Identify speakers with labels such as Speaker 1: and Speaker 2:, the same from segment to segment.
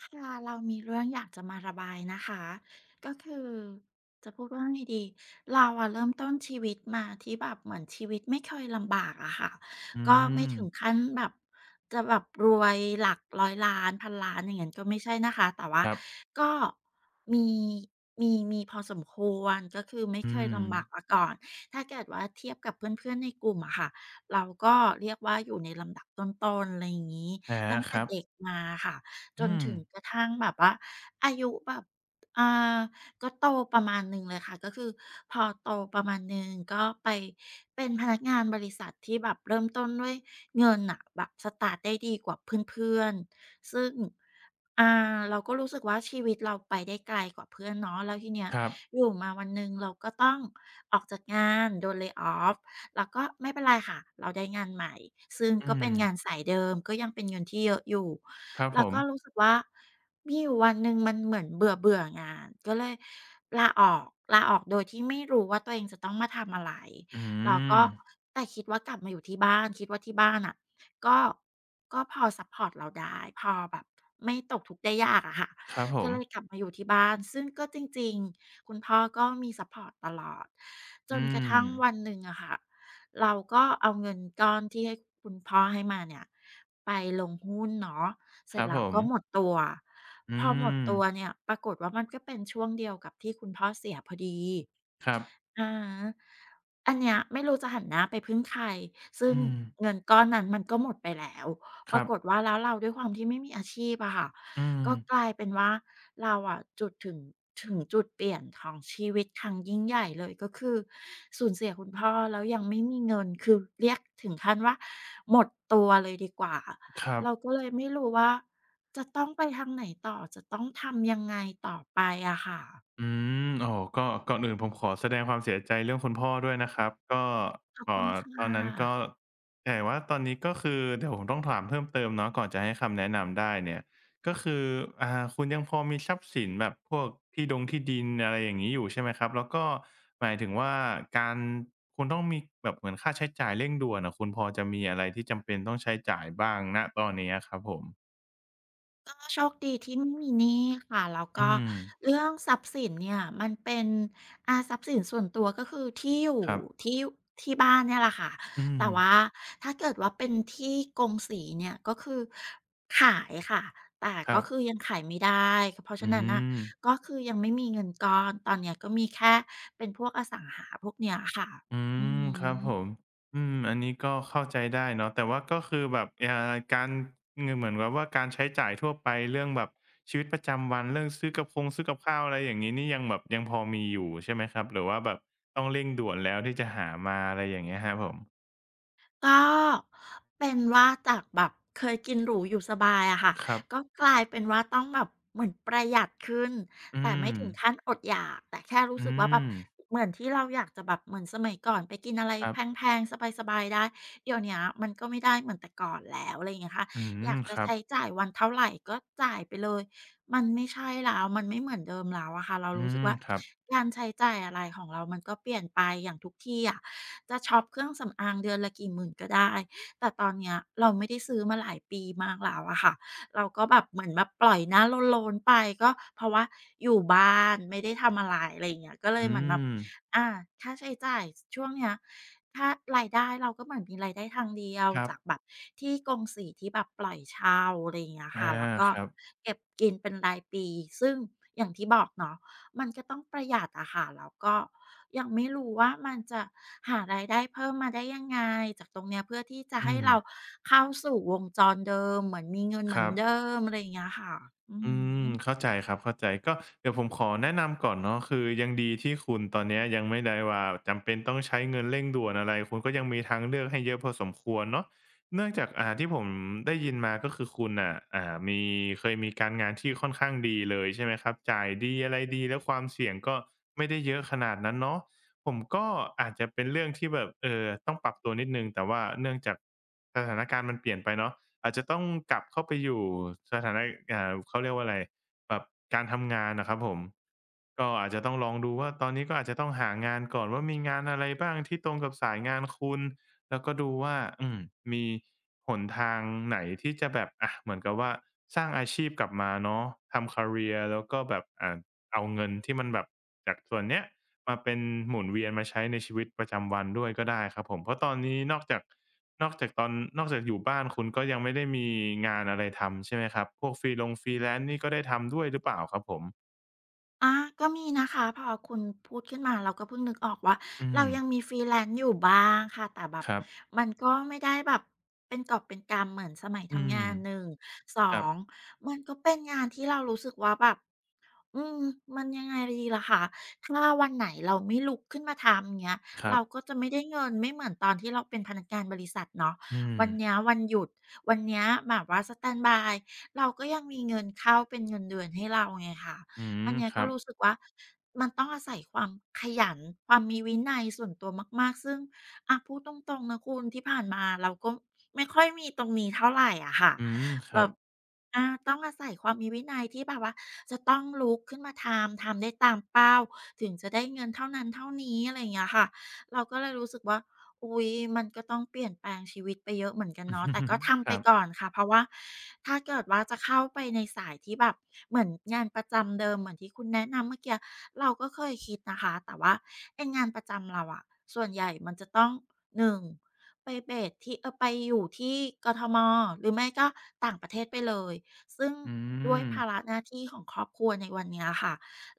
Speaker 1: ค่ะเรามีเรื่องอยากจะมาระบายนะคะก็คือจะพูดว่าไงดีเราอะเริ่มต้นชีวิตมาที่แบบเหมือนชีวิตไม่เคยลำบากอะค่ะ
Speaker 2: อื
Speaker 1: ก็ไม่ถึง
Speaker 2: ม
Speaker 1: ขั้นแบบจะแบบรวยหลักร้อยล้านพันล้านอย่างเงั้ยก็ไม่ใช่นะคะแต่ว่า
Speaker 2: ครับ
Speaker 1: ก็มีมีมีพอสมควรก็คือไม่
Speaker 2: อื
Speaker 1: เคย
Speaker 2: ม
Speaker 1: ลำบากมาก่อนถ้าเกิดว่าเทียบกับเพื่อนๆในกลุ่มอะค่ะเราก็เรียกว่าอยู่ในลำดับต้นๆอะไรอย่างงี้
Speaker 2: อา
Speaker 1: ตั้ง
Speaker 2: ค
Speaker 1: แต่
Speaker 2: รับ
Speaker 1: เด็กมาค่ะ จ
Speaker 2: อื
Speaker 1: น
Speaker 2: ม
Speaker 1: ถึงกระทั่งแบบว่าอายุแบบอ่าก็โตประมาณหนึ่งเลยค่ะก็คือพอโตประมาณหนึ่งก็ไปเป็นพนักงานบริษัทที่แบบเริ่มต้นด้วยเงินน่ะแบบสตาร์ตได้ดีกว่าเพื่อนๆซึ่งเราก็รู้สึกว่าชีวิตเราไปได้ไกลกว่าเพื่อนเนาะแล้วทีเนี้ย
Speaker 2: ครับ
Speaker 1: อยู่มาวันหนึ่งเราก็ต้องออกจากงานโดน lay off เราก็ไม่เป็นไรค่ะเราได้งานใหม่ซึ่งก็
Speaker 2: อื
Speaker 1: เป็
Speaker 2: ม
Speaker 1: นงานสายเดิมก็ยังเป็นเงินที่เยอะอยู่
Speaker 2: ครับผ
Speaker 1: แล้ว
Speaker 2: ม
Speaker 1: ก็รู้สึกว่ามีอยู่วันหนึ่งมันเหมือนเบื่อเบื่องานก็เลยลาออกลาออกโดยที่ไม่รู้ว่าตัวเองจะต้องมาทำอะไร
Speaker 2: อื
Speaker 1: แล้ว
Speaker 2: ม
Speaker 1: ก็แต่คิดว่ากลับมาอยู่ที่บ้านคิดว่าที่บ้านน่ะก็ก็พอซัปพอร์ตเราได้พอแบบไม่ตกทุกข์ได้ยากอะค่ะ
Speaker 2: ครับผ
Speaker 1: ก็
Speaker 2: ม
Speaker 1: เลยกลับมาอยู่ที่บ้านซึ่งก็จริงๆคุณพ่อก็มีซัปพอร์ตตลอดจน
Speaker 2: อื
Speaker 1: กระทั่ง
Speaker 2: ม
Speaker 1: วันหนึ่งอะค่ะเราก็เอาเงินก้อนที่ให้คุณพ่อให้มาเนี่ยไปลงหุ้นเนาะ เส
Speaker 2: ค
Speaker 1: ร็จ
Speaker 2: รับ
Speaker 1: แล้
Speaker 2: ผ
Speaker 1: ว
Speaker 2: ม
Speaker 1: ก็หมดตัวพ
Speaker 2: อื
Speaker 1: อหมด
Speaker 2: ม
Speaker 1: ตัวเนี่ยปรากฏว่ามันก็เป็นช่วงเดียวกับที่คุณพ่อเสียพอดี
Speaker 2: ครับ
Speaker 1: อะอันเนี้ยไม่รู้จะหันหน้าไปพึ่งใครซึ่ง
Speaker 2: อืม
Speaker 1: เงินก้อนนั้นมันก็หมดไปแล้ว
Speaker 2: ค
Speaker 1: ปรา
Speaker 2: รับ
Speaker 1: กฏว่าแล้วเราด้วยความที่ไม่มีอาชีพอะค่ะ
Speaker 2: อืม
Speaker 1: ก็กลายเป็นว่าเราอะจุดถึงถึงจุดเปลี่ยนของชีวิตครั้งยิ่งใหญ่เลยก็คือสูญเสียคุณพ่อแล้วยังไม่มีเงินคือเรียกถึงขั้นว่าหมดตัวเลยดีกว่า
Speaker 2: ครั
Speaker 1: เรา
Speaker 2: บ
Speaker 1: ก็เลยไม่รู้ว่าจะต้องไปทางไหนต่อจะต้องทำยังไงต่อไปอะค่ะ
Speaker 2: อืมโอ้โฮก็ก่อนอื่นผมขอแสดงความเสียใจเรื่องคุณพ่อด้วยนะครับก็
Speaker 1: ขอบ
Speaker 2: เอ่
Speaker 1: คุณ
Speaker 2: อ
Speaker 1: ค่ะ
Speaker 2: ตอนนั้นก็แต่ว่าตอนนี้ก็คือเดี๋ยวผมต้องถามเพิ่มเติมเนาะก่อนจะให้คำแนะนำได้เนี่ยก็คืออ่าคุณยังพอมีทรัพย์สินแบบพวกที่ดงที่ดินอะไรอย่างงี้อยู่ใช่ไหมครับแล้วก็หมายถึงว่าการคุณต้องมีแบบเหมือนค่าใช้จ่ายเร่งด่วนอะคุณพอจะมีอะไรที่จำเป็นต้องใช้จ่ายบ้างณตอนนี้อะครับผม
Speaker 1: ก็โชคดีที่ไม่มีหนี้ค่ะแล้ว
Speaker 2: อื
Speaker 1: ก็
Speaker 2: ม
Speaker 1: เรื่องทรัพย์สินเนี่ยมันเป็นทรัพย์สินส่วนตัวก็คือที่อยู่
Speaker 2: ครับ
Speaker 1: ที่ที่บ้านเนี่ยแหละค่ะ
Speaker 2: อืม
Speaker 1: แต่ว่าถ้าเกิดว่าเป็นที่กงสีเนี่ยก็คือขายค่ะแต่
Speaker 2: ครั
Speaker 1: ก็คือ
Speaker 2: บ
Speaker 1: ยังขายไม่ได้เพราะ
Speaker 2: อื
Speaker 1: ฉะนั้นน่ะ
Speaker 2: ม
Speaker 1: ก็คือยังไม่มีเงินก้อนตอนเนี้ยก็มีแค่เป็นพวกอสังหาพวกเนี้ยค่ะ
Speaker 2: อื
Speaker 1: อื
Speaker 2: มครับผ
Speaker 1: อ
Speaker 2: มอืมอันนี้ก็เข้าใจได้เนาะแต่ว่าก็คือแบบการเงนเหมือนกับว่าการใช้จ่ายทั่วไปเรื่องแบบชีวิตประจำวันเรื่องซื้อกับข้าวอะไรอย่างนี้นี่ยังแบบยังพอมีอยู่ใช่ไหมครับหรือว่าแบบต้องเร่งด่วนแล้วที่จะหามาอะไรอย่างเงี้ยฮะผม
Speaker 1: ก็เป็นว่าจากแบบเคยกินหรูอยู่สบายอะค่ะ
Speaker 2: ครั
Speaker 1: ก็
Speaker 2: บ
Speaker 1: กลายเป็นว่าต้องแบบเหมือนประหยัดขึ้น
Speaker 2: อื
Speaker 1: แต่ไม่
Speaker 2: ม
Speaker 1: ถึงขั้นอดอยากแต่แค่รู้
Speaker 2: อื
Speaker 1: สึกว่าแบบ
Speaker 2: ม
Speaker 1: เหมือนที่เราอยากจะแบบเหมือนสมัยก่อนไปกินอะไร
Speaker 2: ครั
Speaker 1: แ
Speaker 2: บ
Speaker 1: พงๆสบายๆได้เดี๋ยวเนี้ยมันก็ไม่ได้เหมือนแต่ก่อนแล้วอะไรอย่างเงี้ยค่ะ
Speaker 2: อื
Speaker 1: อ
Speaker 2: ม
Speaker 1: ยาก
Speaker 2: ค
Speaker 1: จะ
Speaker 2: รับ
Speaker 1: ใช้จ่ายวันเท่าไรก็จ่ายไปเลยมันไม่ใช่แล้วมันไม่เหมือนเดิมแล้วอะค่ะเรา
Speaker 2: อื
Speaker 1: รู้สึก
Speaker 2: ม
Speaker 1: ว่า
Speaker 2: ครับ
Speaker 1: การใช้จ่ายอะไรของเรามันก็เปลี่ยนไปอย่างทุกที่อะ จะช็อปเครื่องสำอางเดือนละกี่หมื่นก็ได้ แต่ตอนเนี้ยเราไม่ได้ซื้อมาหลายปีมากแล้วอะค่ะเราก็แบบเหมือนแบบปล่อยหน้าโลนๆไปก็เพราะว่าอยู่บ้านไม่ได้ทำอะไรอะไรอย่างเงี้ยก็เลย
Speaker 2: อื
Speaker 1: เหมือนแบบ
Speaker 2: ม
Speaker 1: อาค่าใช้จ่ายสช่วงเนี้ยถ้ารายได้เราก็เหมือนมีรายได้ทางเดียว
Speaker 2: ครับ
Speaker 1: จากแบบที่กงสีที่แบบปล่อยเช่าอะไรอย่างเงี้ย
Speaker 2: อา
Speaker 1: ค่ะแล้วก็
Speaker 2: ครับ
Speaker 1: เก็บกินเป็นรายปีซึ่งอย่างที่บอกเนาะ มันก็ต้องประหยัดอะค่ะแล้วก็ยังไม่รู้ว่ามันจะหารายได้เพิ่มมาได้ยังไงจากตรงเนี้ยเพื่อที่จะ
Speaker 2: อื
Speaker 1: ให้
Speaker 2: ม
Speaker 1: เราเข้าสู่วงจรเดิมเหมือนมีเงินเห
Speaker 2: ค
Speaker 1: มือ
Speaker 2: รั
Speaker 1: น
Speaker 2: บ
Speaker 1: เดิมอะไรอย่างเงี้ยค่ะอือ
Speaker 2: อืม
Speaker 1: ฮึ
Speaker 2: เข้าใจครับเข้าใจก็เดี๋ยวผมขอแนะนำก่อนเนาะคือยังดีที่คุณตอนเนี้ยยังไม่ได้ว่าจำเป็นต้องใช้เงินเร่งด่วนอะไรคุณก็ยังมีทางเลือกให้เยอะพอสมควรเนาะเนื่องจากที่ผมได้ยินมาก็คือคุณน่ะเคยมีการงานที่ค่อนข้างดีเลยใช่ไหมครับจ่ายดีอะไรดีแล้วความเสี่ยงก็ไม่ได้เยอะขนาดนั้นเนาะผมก็อาจจะเป็นเรื่องที่แบบต้องปรับตัวนิดหนึ่งแต่ว่าเนื่องจากสถานการณ์มันเปลี่ยนไปเนาะ อาจจะต้องกลับเข้าไปอยู่สถานะเขาเรียกว่าอะไรแบบการทำงานน่ะครับผมก็อาจจะต้องลองดูว่าตอนนี้ก็อาจจะต้องหางานก่อนว่ามีงานอะไรบ้างที่ตรงกับสายงานคุณแล้วก็ดูว่าอืมมีหนทางไหนที่จะแบบอะเหมือนกับว่าสร้างอาชีพกลับมาเนาะทำ career แล้วก็แบบเอาเงินที่มันแบบจากส่วนเนี้ย มาเป็นหมุนเวียนมาใช้ในชีวิตประจำวันด้วยก็ได้ครับผมเพราะตอนนี้นอกจากตอนนอกจากอยู่บ้านคุณก็ยังไม่ได้มีงานอะไรทำใช่ไหมครับพวกฟรีลง Freelance นี่ก็ได้ทำด้วยหรือเปล่าครับผม
Speaker 1: อาก็มีนะคะพอคุณพูดขึ้นมาเราก็เพิ่งนึกออกว่า
Speaker 2: อืม
Speaker 1: เรายังมี freelance อยู่บ้างค่ะแต่แบบ
Speaker 2: ครับ
Speaker 1: มันก็ไม่ได้แบบเป็นกอบเป็นกำเหมือนสมัย
Speaker 2: อื
Speaker 1: ทำ
Speaker 2: ม
Speaker 1: งานหนึ่งส
Speaker 2: ค
Speaker 1: อ
Speaker 2: รับ
Speaker 1: งมันก็เป็นงานที่เรารู้สึกว่าแบบ อืมมันยังไงดีล่ะคะถ้าวันไหนเราไม่ลุกขึ้นมาทำเงี้ย
Speaker 2: ครับ
Speaker 1: เราก็จะไม่ได้เงินไม่เหมือนตอนที่เราเป็นพนักงานบริษัทเนาะ
Speaker 2: อื
Speaker 1: วันเนี้ย
Speaker 2: ม
Speaker 1: วันหยุดวันเนี้ยแบบว่าสแตนด์บายเราก็ยังมีเงินเข้าเป็นเงินเดือนให้เราไงค่ะ
Speaker 2: อื
Speaker 1: อั
Speaker 2: ม
Speaker 1: นเนี้ย
Speaker 2: ค
Speaker 1: ก็
Speaker 2: รับ
Speaker 1: รู้สึกว่ามันต้องอาศัยความขยันความมีวินัยส่วนตัวมากๆซึ่งอะพูดตรงๆนะคุณที่ผ่านมาเราก็ไม่ค่อยมีตรงนี้เท่าไรอะค่ะ
Speaker 2: อืมค
Speaker 1: แบ
Speaker 2: รั
Speaker 1: บ
Speaker 2: บ
Speaker 1: อาต้องอาศัยความมีวินัยที่แบบว่าจะต้องลุกขึ้นมาทำได้ตามเป้าถึงจะได้เงินเท่านั้นเท่านี้อะไรอย่างเงี้ยค่ะเราก็เลยรู้สึกว่าอุ๊ยมันก็ต้องเปลี่ยนแปลงชีวิตไปเยอะเหมือนกันเนาะแต่ก็ทำ
Speaker 2: ค
Speaker 1: ไป
Speaker 2: รั
Speaker 1: ก่อ
Speaker 2: บ
Speaker 1: นค่ะเพราะว่าถ้าเกิดว่าจะเข้าไปในสายที่แบบเหมือนงานประจำเดิมเหมือนที่คุณแนะนำเมื่อกี้เราก็เคยคิดนะคะแต่ว่าไอ้งานประจำเราอะส่วนใหญ่มันจะต้องหนึ่งไปเบสที่ไปอยู่ที่กทมหรือไม่ก็ต่างประเทศไปเลย ซึ่ง
Speaker 2: อื
Speaker 1: ด้วย
Speaker 2: ม
Speaker 1: ภาระหน้าที่ของครอบครัวในวันเนี้ยค่ะ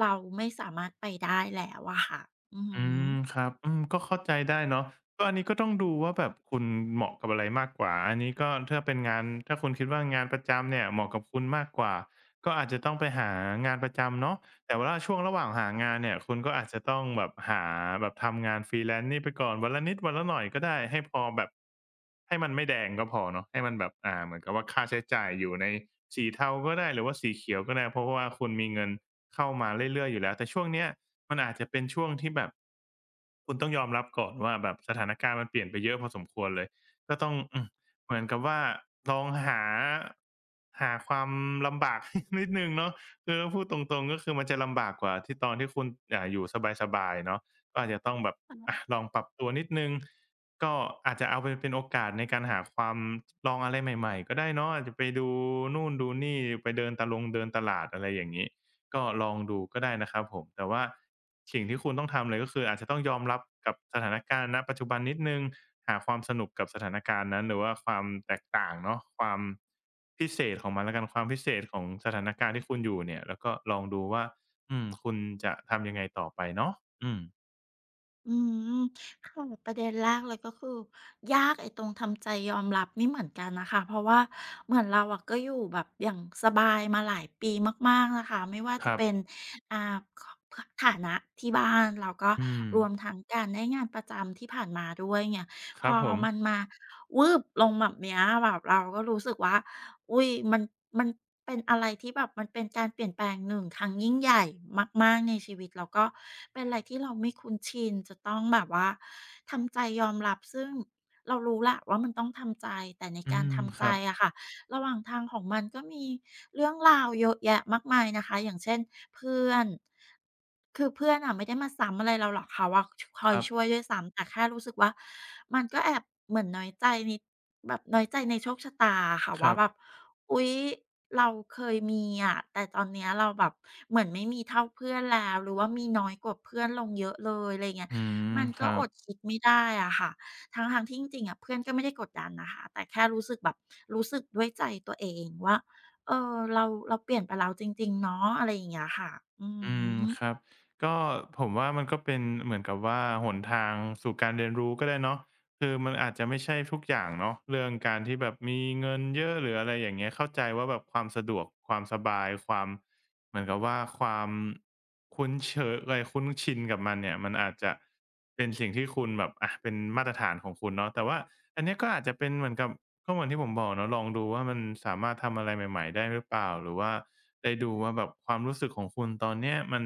Speaker 1: เราไม่สามารถไปได้แล้วอะค่ะ อือฮึ
Speaker 2: อืมค
Speaker 1: อ
Speaker 2: รับอืมก็เข้าใจได้เนาะก็อันนี้ก็ต้องดูว่าแบบคุณเหมาะกับอะไรมากกว่าอันนี้ก็ถ้าคุณคิดว่างานประจำเนี่ยเหมาะกับคุณมากกว่าก็อาจจะต้องไปหางานประจำเนาะ แต่ว่าช่วงระหว่างหางานเนี่ยคุณก็อาจจะต้องแบบทำงาน Freelance นี่ไปก่อนวันละนิดวันละหน่อยก็ได้ให้พอแบบให้มันไม่แดงก็พอเนาะให้มันแบบเหมือนกับว่าค่าใช้จ่ายอยู่ในสีเทาก็ได้หรือว่าสีเขียวก็ได้เพราะว่าคุณมีเงินเข้ามาเรื่อยๆอยู่แล้วแต่ช่วงเนี้ยมันอาจจะเป็นช่วงที่แบบคุณต้องยอมรับก่อนว่าแบบสถานการณ์มันเปลี่ยนไปเยอะพอสมควรเลยก็ต้องอืมเหมือนกับว่าลองหาหาความลำบาก นิดหนึ่งเนาะ คือถ้าพูดตรงๆก็คือมันจะลำบากกว่าที่ตอนที่คุณอยู่สบายๆเนาะก็อาจจะต้องแบบอะลองปรับตัวนิดหนึ่งก็อาจจะเอาไปเป็นโอกาสในการหาความลองอะไรใหม่ๆก็ได้เนาะอาจจะไปดูนู่นดูนี่ไปเดินตลาดอะไรอย่างงี้ ก็ลองดูก็ได้นะครับผมแต่ว่าสิ่งที่คุณต้องทำเลยก็คืออาจจะต้องยอมรับกับสถานการณ์ณปัจจุบันนิดหนึ่งหาความสนุกกับสถานการณ์นั้นหรือว่าความแตกต่างเนาะความพิเศษของมันแล้วกันความพิเศษของสถานการณ์ที่คุณอยู่เนี่ยแล้วก็ลองดูว่าอืมคุณจะทำยังไงต่อไปเนาะอืม
Speaker 1: อืมค่ะประเด็นแรกเลยก็คือยากไอ้ตรงทำใจยอมรับนี่เหมือนกันนะคะเพราะว่าเหมือนเราอะก็อยู่แบบอย่างสบายมาหลายปีมากๆนะคะไม่ว่า
Speaker 2: ค
Speaker 1: จะ
Speaker 2: รับ
Speaker 1: เป็นอ่าฐานะที่บ้านเราก็
Speaker 2: อืม
Speaker 1: รวมทั้งการได้งานประจำที่ผ่านมาด้วยเนี่ย
Speaker 2: ค
Speaker 1: พ
Speaker 2: รั
Speaker 1: อ
Speaker 2: บผม
Speaker 1: มันมาวืบลงแบบเนี้ยแบบเราก็รู้สึกว่า อุ๊ยมันเป็นอะไรที่แบบมันเป็นการเปลี่ยนแปลงหนึ่งครั้งยิ่งใหญ่มากๆในชีวิตแล้วก็เป็นอะไรที่เราไม่คุ้นชินจะต้องแบบว่าทำใจยอมรับซึ่งเรารู้แหละว่ามันต้องทำใจแต่ใน
Speaker 2: อื
Speaker 1: การ
Speaker 2: ม
Speaker 1: ทำ
Speaker 2: ค
Speaker 1: ใจ
Speaker 2: รับ
Speaker 1: อะค่ะระหว่างทางของมันก็มีเรื่องราวเยอะแยะมากมายนะคะอย่างเช่นเพื่อนคือเพื่อนอะไม่ได้มาซ้ำอะไรเราหรอกเขาอะชคอ
Speaker 2: ค
Speaker 1: ย
Speaker 2: รับ
Speaker 1: ช่วยด้วยซ้ำแต่แค่รู้สึกว่ามันก็แอบเหมือนน้อยใจนิดแบบน้อยใจในโชคชะตาอะค่ะ
Speaker 2: ค
Speaker 1: ว่า
Speaker 2: รับ
Speaker 1: แบบ อุ๊ยเราเคยมีอะแต่ตอนเนี้ยเราแบบเหมือนไม่มีเท่าเพื่อนแล้วหรือว่ามีน้อยกว่าเพื่อนลงเยอะเลยอะไรเงี้ย
Speaker 2: อืม
Speaker 1: มัน
Speaker 2: ค
Speaker 1: ก็
Speaker 2: รั
Speaker 1: อ
Speaker 2: บ
Speaker 1: ดคิดไม่ได้อะค่ะทั้งๆที่จริงๆอะเพื่อนก็ไม่ได้กดดันนะคะแต่แค่รู้สึกแบบรู้สึกด้วยใจตัวเองว่าเออเราเราเปลี่ยนไปแล้วจริงๆเนาะอะไรอย่างเงี้ยค่ะอือ
Speaker 2: อื
Speaker 1: ฮึ
Speaker 2: มครับก็ผมว่ามันก็เป็นเหมือนกับว่าหนทางสู่การเรียนรู้ก็ได้เนาะคือมันอาจจะไม่ใช่ทุกอย่างเนาะเรื่องการที่แบบมีเงินเยอะหรืออะไรอย่างเงี้ยเข้าใจว่าแบบความสะดวกความสบายความเหมือนกับว่าความ คุ้นเชยเลยคุ้นชินกับมันเนี่ยมันอาจจะเป็นสิ่งที่คุณแบบอะเป็นมาตรฐานของคุณเนาะแต่ว่าอันเนี้ยก็อาจจะเป็นเหมือนกับก็เหมือนที่ผมบอกเนาะลองดูว่ามันสามารถทำอะไรใหม่ๆได้หรือเปล่าหรือว่าได้ดูว่าแบบความรู้สึกของคุณตอนเนี้ยมัน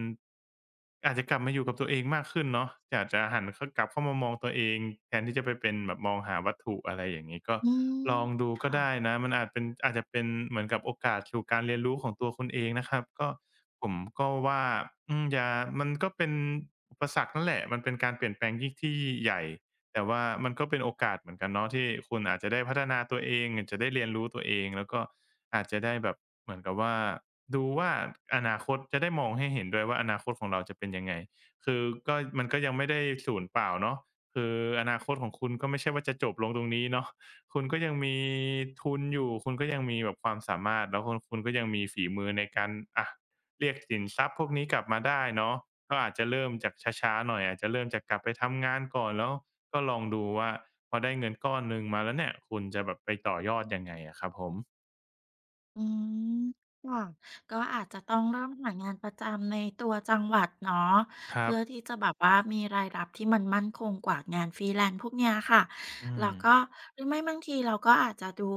Speaker 2: อาจจะกลับมาอยู่กับตัวเองมากขึ้นเนาะอยาจจะหันเขากลับเข้ามามองตัวเองแทนที่จะไปเป็นแบบมองหาวัตถุอะไรอย่างงี้ก็
Speaker 1: อืม
Speaker 2: ลองดูก็ได้
Speaker 1: ค่ะ
Speaker 2: นะมันอาจเป็นอาจจะเป็นเหมือนกับโอกาสสู่การเรียนรู้ของตัวคุณเองนะครับก็ผมก็ว่าอืมอย่ามันก็เป็นอุปสรรคนั่นแหละมันเป็นการเปลี่ยนแปลงที่ใหญ่ แต่ว่ามันก็เป็นโอกาสเหมือนกันเนาะที่คุณอาจจะได้พัฒนาตัวเองจะได้เรียนรู้ตัวเองแล้วก็อาจจะได้แบบเหมือนกับว่าดูว่าอนาคตจะได้มองให้เห็นด้วยว่าอนาคตของเราจะเป็นยังไงคือก็มันก็ยังไม่ได้ศูนย์เปล่าเนาะคืออนาคตของคุณก็ไม่ใช่ว่าจะจบลงตรงนี้เนาะคุณก็ยังมีทุนอยู่คุณก็ยังมีแบบความสามารถแล้วคุณก็ยังมีฝีมือในการอะเรียกสินทรัพย์พวกนี้กลับมาได้เนาะก็อาจจะเริ่มจากช้าๆหน่อยอาจจะเริ่มจากกลับไปทำงานก่อนแล้ว ก็ลองดูว่าพอได้เงินก้อนหนึ่งมาแล้วเนี่ยคุณจะแบบไปต่อยอดยังไงอะครับผม
Speaker 1: อืมค่ะก็อาจจะต้องเริ่มหางานประจำในตัวจังหวัดเนาะ
Speaker 2: ครั
Speaker 1: เพื่
Speaker 2: บ
Speaker 1: อที่จะแบบว่ามีรายรับที่มันมั่นคงกว่างานฟรีแลนซ์พวกเนี้ยค่ะ
Speaker 2: อืม
Speaker 1: แล้วก็หรือไม่บางทีเราก็อาจจะดู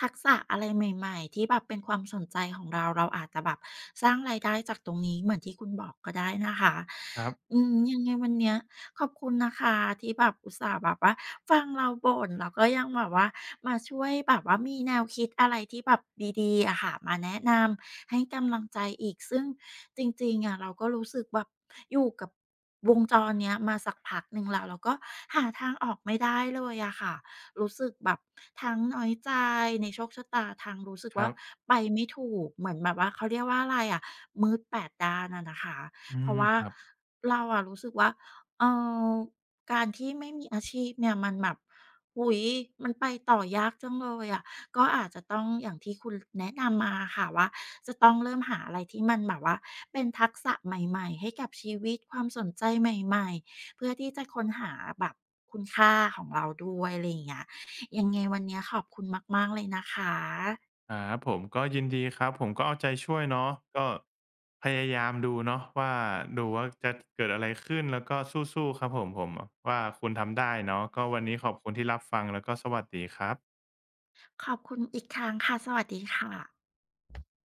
Speaker 1: ทักษะอะไรใหม่ๆที่แบบเป็นความสนใจของเราเราอาจจะแบบสร้างรายได้จากตรงนี้เหมือนที่คุณบอกก็ได้นะคะ
Speaker 2: ครับ
Speaker 1: อืมยังไงวันเนี้ยขอบคุณนะคะที่แบบอุตส่าห์แบบว่าฟังเราบ่นแล้วก็ยังแบบว่ามาช่วยแบบว่ามีแนวคิดอะไรที่แบบดีๆอะค่ะมาแนะนำให้กำลังใจอีกซึ่งจริงๆอะเราก็รู้สึกแบบอยู่กับ วงจรเนี้ยมาสักพักหนึ่งแล้วแล้วก็หาทางออกไม่ได้เลยอะค่ะรู้สึกแบบทั้งน้อยใจในโชคชะตาทั้งรู้สึก
Speaker 2: ครั
Speaker 1: ว่า
Speaker 2: บ
Speaker 1: ไปไม่ถูกเหมือนแบบว่าเขาเรียกว่าอะไรอะมืด8ดด้านอะนะคะ
Speaker 2: อื
Speaker 1: เพ
Speaker 2: ม
Speaker 1: ราะว่า
Speaker 2: ครับ
Speaker 1: เราอะรู้สึกว่าเอ่อการที่ไม่มีอาชีพเนี่ยมันแบบโอ้โฮมันไปต่อยากจังเลยอะก็อาจจะต้องอย่างที่คุณแนะนำมาอะค่ะว่า จะต้องเริ่มหาอะไรที่มันแบบว่าเป็นทักษะใหม่ๆให้กับชีวิตความสนใจใหม่ๆเพื่อที่จะค้นหาแบบคุณค่าของเราด้วยอะไรอย่างเงี้ยยังไงวันเนี้ยขอบคุณมากๆเลยนะคะ
Speaker 2: ครับผมก็ยินดีครับผมก็เอาใจช่วยเนาะก็พยายามดูเนาะว่าดูว่าจะเกิดอะไรขึ้นแล้วก็สู้ๆครับผมว่าคุณทำได้เนาะก็วันนี้ขอบคุณที่รับฟังแล้วก็สวัสดีครับ
Speaker 1: ขอบคุณอีกครั้งค่ะสวัสดีค่ะ